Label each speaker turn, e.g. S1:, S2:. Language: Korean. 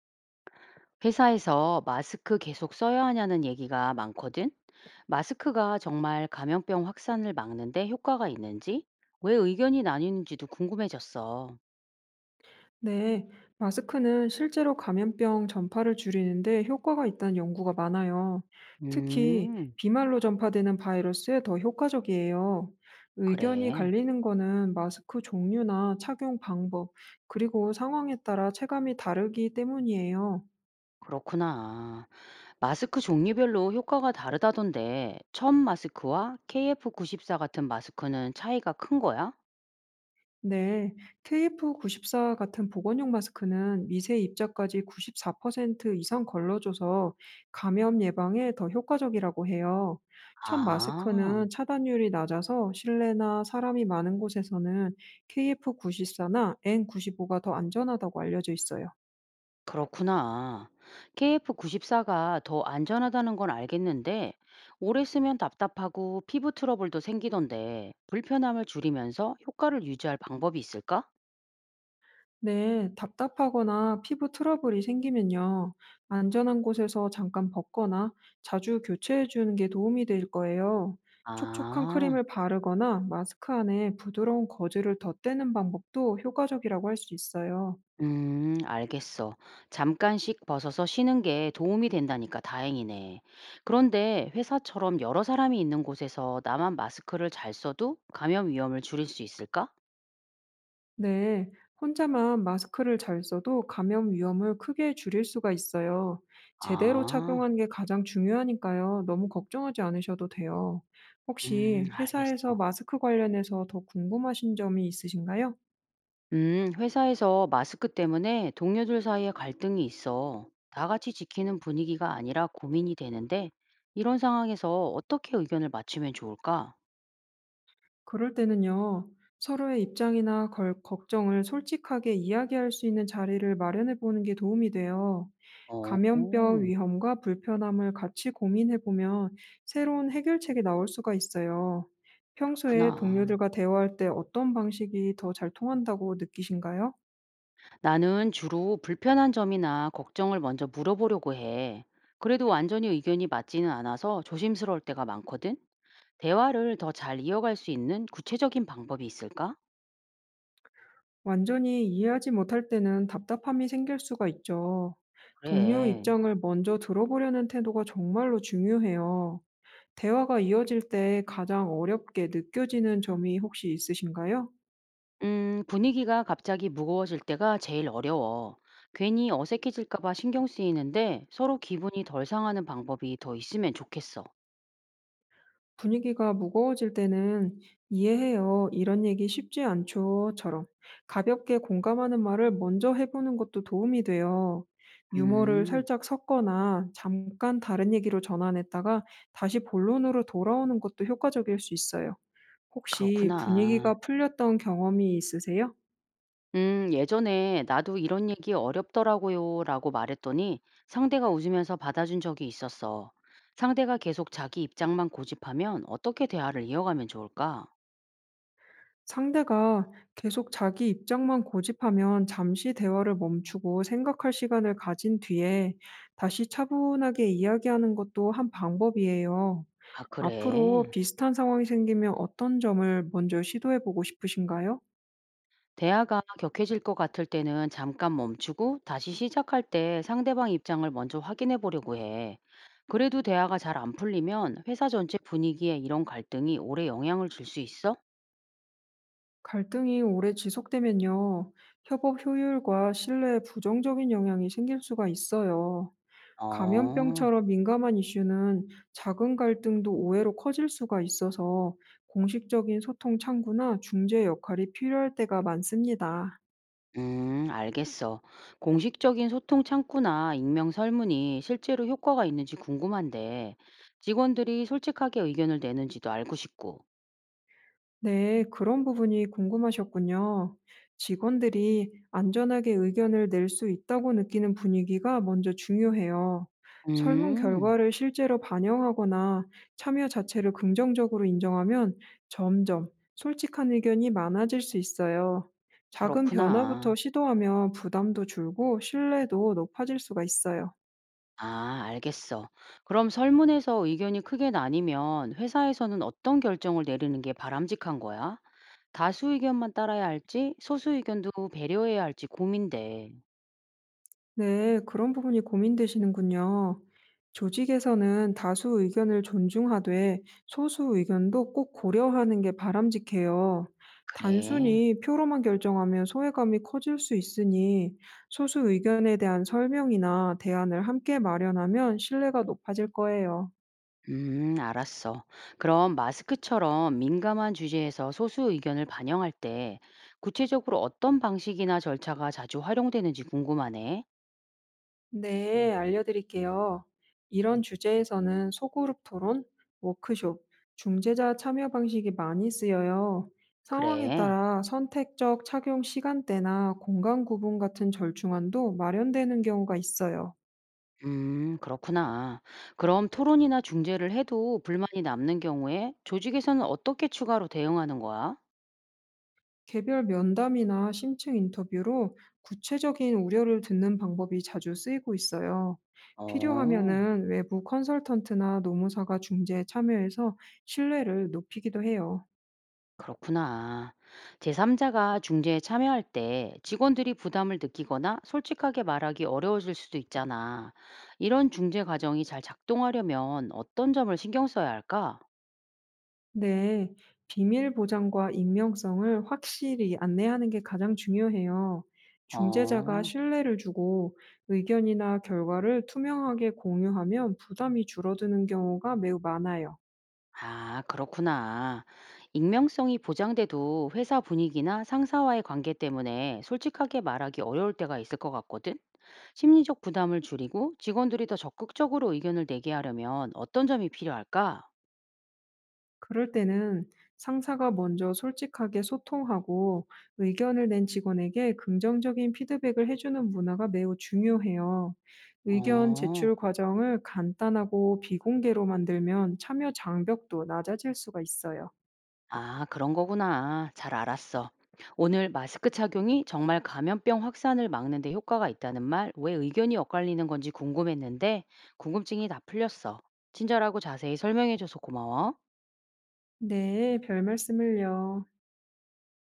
S1: 회사에서 마스크 계속 써야 하냐는 얘기가 많거든? 마스크가 정말 감염병 확산을 막는데 효과가 있는지? 왜 의견이 나뉘는지도 궁금해졌어.
S2: 네, 마스크는 실제로 감염병 전파를 줄이는데 효과가 있다는 연구가 많아요. 특히
S1: 음,
S2: 비말로 전파되는 바이러스에 더 효과적이에요. 의견이
S1: 그래,
S2: 갈리는 거는 마스크 종류나 착용 방법, 그리고 상황에 따라 체감이 다르기 때문이에요.
S1: 그렇구나. 마스크 종류별로 효과가 다르다던데, 천 마스크와 KF94 같은 마스크는 차이가 큰 거야?
S2: 네, KF94 같은 보건용 마스크는 미세 입자까지 94% 이상 걸러줘서 감염 예방에 더 효과적이라고 해요. 첫
S1: 아.
S2: 마스크는 차단율이 낮아서 실내나 사람이 많은 곳에서는 KF94나 N95가 더 안전하다고 알려져 있어요.
S1: 그렇구나. KF94가 더 안전하다는 건 알겠는데, 오래 쓰면 답답하고 피부 트러블도 생기던데, 불편함을 줄이면서 효과를 유지할 방법이 있을까?
S2: 네, 답답하거나 피부 트러블이 생기면요. 안전한 곳에서 잠깐 벗거나 자주 교체해 주는 게 도움이 될 거예요. 촉촉한
S1: 아,
S2: 크림을 바르거나 마스크 안에 부드러운 거즈를 덧대는 방법도 효과적이라고 할 수 있어요.
S1: 알겠어. 잠깐씩 벗어서 쉬는 게 도움이 된다니까 다행이네. 그런데 회사처럼 여러 사람이 있는 곳에서 나만 마스크를 잘 써도 감염 위험을 줄일 수 있을까?
S2: 네, 혼자만 마스크를 잘 써도 감염 위험을 크게 줄일 수가 있어요. 제대로
S1: 아,
S2: 착용하는 게 가장 중요하니까요. 너무 걱정하지 않으셔도 돼요. 혹시 회사에서
S1: 알겠어.
S2: 마스크 관련해서 더 궁금하신 점이 있으신가요?
S1: 회사에서 마스크 때문에 동료들 사이에 갈등이 있어. 다 같이 지키는 분위기가 아니라 고민이 되는데, 이런 상황에서 어떻게 의견을 맞추면 좋을까?
S2: 그럴 때는요, 서로의 입장이나 걱정을 솔직하게 이야기할 수 있는 자리를 마련해 보는 게 도움이 돼요.
S1: 어,
S2: 감염병 위험과 불편함을 같이 고민해 보면 새로운 해결책이 나올 수가 있어요. 평소에
S1: 그렇구나.
S2: 동료들과 대화할 때 어떤 방식이 더 잘 통한다고 느끼신가요?
S1: 나는 주로 불편한 점이나 걱정을 먼저 물어보려고 해. 그래도 완전히 의견이 맞지는 않아서 조심스러울 때가 많거든? 대화를 더 잘 이어갈 수 있는 구체적인 방법이 있을까?
S2: 완전히 이해하지 못할 때는 답답함이 생길 수가 있죠. 동료
S1: 그래.
S2: 입장을 먼저 들어보려는 태도가 정말로 중요해요. 대화가 이어질 때 가장 어렵게 느껴지는 점이 혹시 있으신가요?
S1: 분위기가 갑자기 무거워질 때가 제일 어려워. 괜히 어색해질까 봐 신경 쓰이는데 서로 기분이 덜 상하는 방법이 더 있으면 좋겠어.
S2: 분위기가 무거워질 때는 "이해해요. 이런 얘기 쉽지 않죠."처럼 가볍게 공감하는 말을 먼저 해 보는 것도 도움이 돼요. 유머를
S1: 음,
S2: 살짝 섞거나 잠깐 다른 얘기로 전환했다가 다시 본론으로 돌아오는 것도 효과적일 수 있어요. 혹시
S1: 그렇구나.
S2: 분위기가 풀렸던 경험이 있으세요?
S1: 예전에 나도 이런 얘기 어렵더라고요 라고 말했더니 상대가 웃으면서 받아준 적이 있었어. 상대가 계속 자기 입장만 고집하면 어떻게 대화를 이어가면 좋을까?
S2: 상대가 계속 자기 입장만 고집하면 잠시 대화를 멈추고 생각할 시간을 가진 뒤에 다시 차분하게 이야기하는 것도 한 방법이에요.
S1: 아,
S2: 앞으로
S1: 그래.
S2: 비슷한 상황이 생기면 어떤 점을 먼저 시도해 보고 싶으신가요?
S1: 대화가 격해질 것 같을 때는 잠깐 멈추고 다시 시작할 때 상대방 입장을 먼저 확인해 보려고 해. 그래도 대화가 잘 안 풀리면 회사 전체 분위기에 이런 갈등이 오래 영향을 줄 수 있어?
S2: 갈등이 오래 지속되면요. 협업 효율과 신뢰에 부정적인 영향이 생길 수가 있어요.
S1: 어,
S2: 감염병처럼 민감한 이슈는 작은 갈등도 오해로 커질 수가 있어서 공식적인 소통 창구나 중재 역할이 필요할 때가 많습니다.
S1: 알겠어. 공식적인 소통 창구나 익명 설문이 실제로 효과가 있는지 궁금한데, 직원들이 솔직하게 의견을 내는지도 알고 싶고.
S2: 네, 그런 부분이 궁금하셨군요. 직원들이 안전하게 의견을 낼 수 있다고 느끼는 분위기가 먼저 중요해요. 설문
S1: 음,
S2: 결과를 실제로 반영하거나 참여 자체를 긍정적으로 인정하면 점점 솔직한 의견이 많아질 수 있어요. 작은 변화부터
S1: 그렇구나.
S2: 시도하면 부담도 줄고 신뢰도 높아질 수가 있어요.
S1: 아, 알겠어. 그럼 설문에서 의견이 크게 나뉘면 회사에서는 어떤 결정을 내리는 게 바람직한 거야? 다수 의견만 따라야 할지, 소수 의견도 배려해야 할지 고민돼.
S2: 네, 그런 부분이 고민되시는군요. 조직에서는 다수 의견을 존중하되 소수 의견도 꼭 고려하는 게 바람직해요.
S1: 그래.
S2: 단순히 표로만 결정하면 소외감이 커질 수 있으니 소수 의견에 대한 설명이나 대안을 함께 마련하면 신뢰가 높아질 거예요.
S1: 알았어. 그럼 마스크처럼 민감한 주제에서 소수 의견을 반영할 때 구체적으로 어떤 방식이나 절차가 자주 활용되는지 궁금하네.
S2: 네, 알려드릴게요. 이런 주제에서는 소그룹 토론, 워크숍, 중재자 참여 방식이 많이 쓰여요. 상황에
S1: 그래.
S2: 따라 선택적 착용 시간대나 공간 구분 같은 절충안도 마련되는 경우가 있어요.
S1: 그렇구나. 그럼 토론이나 중재를 해도 불만이 남는 경우에 조직에서는 어떻게 추가로 대응하는 거야?
S2: 개별 면담이나 심층 인터뷰로 구체적인 우려를 듣는 방법이 자주 쓰이고 있어요.
S1: 어,
S2: 필요하면은 외부 컨설턴트나 노무사가 중재에 참여해서 신뢰를 높이기도 해요.
S1: 그렇구나. 제3자가 중재에 참여할 때 직원들이 부담을 느끼거나 솔직하게 말하기 어려워질 수도 있잖아. 이런 중재 과정이 잘 작동하려면 어떤 점을 신경 써야 할까?
S2: 네, 비밀 보장과 익명성을 확실히 안내하는 게 가장 중요해요. 중재자가
S1: 어.
S2: 신뢰를 주고 의견이나 결과를 투명하게 공유하면 부담이 줄어드는 경우가 매우 많아요.
S1: 아, 그렇구나. 익명성이 보장돼도 회사 분위기나 상사와의 관계 때문에 솔직하게 말하기 어려울 때가 있을 것 같거든? 심리적 부담을 줄이고 직원들이 더 적극적으로 의견을 내게 하려면 어떤 점이 필요할까?
S2: 그럴 때는 상사가 먼저 솔직하게 소통하고 의견을 낸 직원에게 긍정적인 피드백을 해주는 문화가 매우 중요해요. 의견
S1: 어,
S2: 제출 과정을 간단하고 비공개로 만들면 참여 장벽도 낮아질 수가 있어요.
S1: 아, 그런 거구나. 잘 알았어. 오늘 마스크 착용이 정말 감염병 확산을 막는 데 효과가 있다는 말, 왜 의견이 엇갈리는 건지 궁금했는데 궁금증이 다 풀렸어. 친절하고 자세히 설명해줘서 고마워.
S2: 네, 별 말씀을요.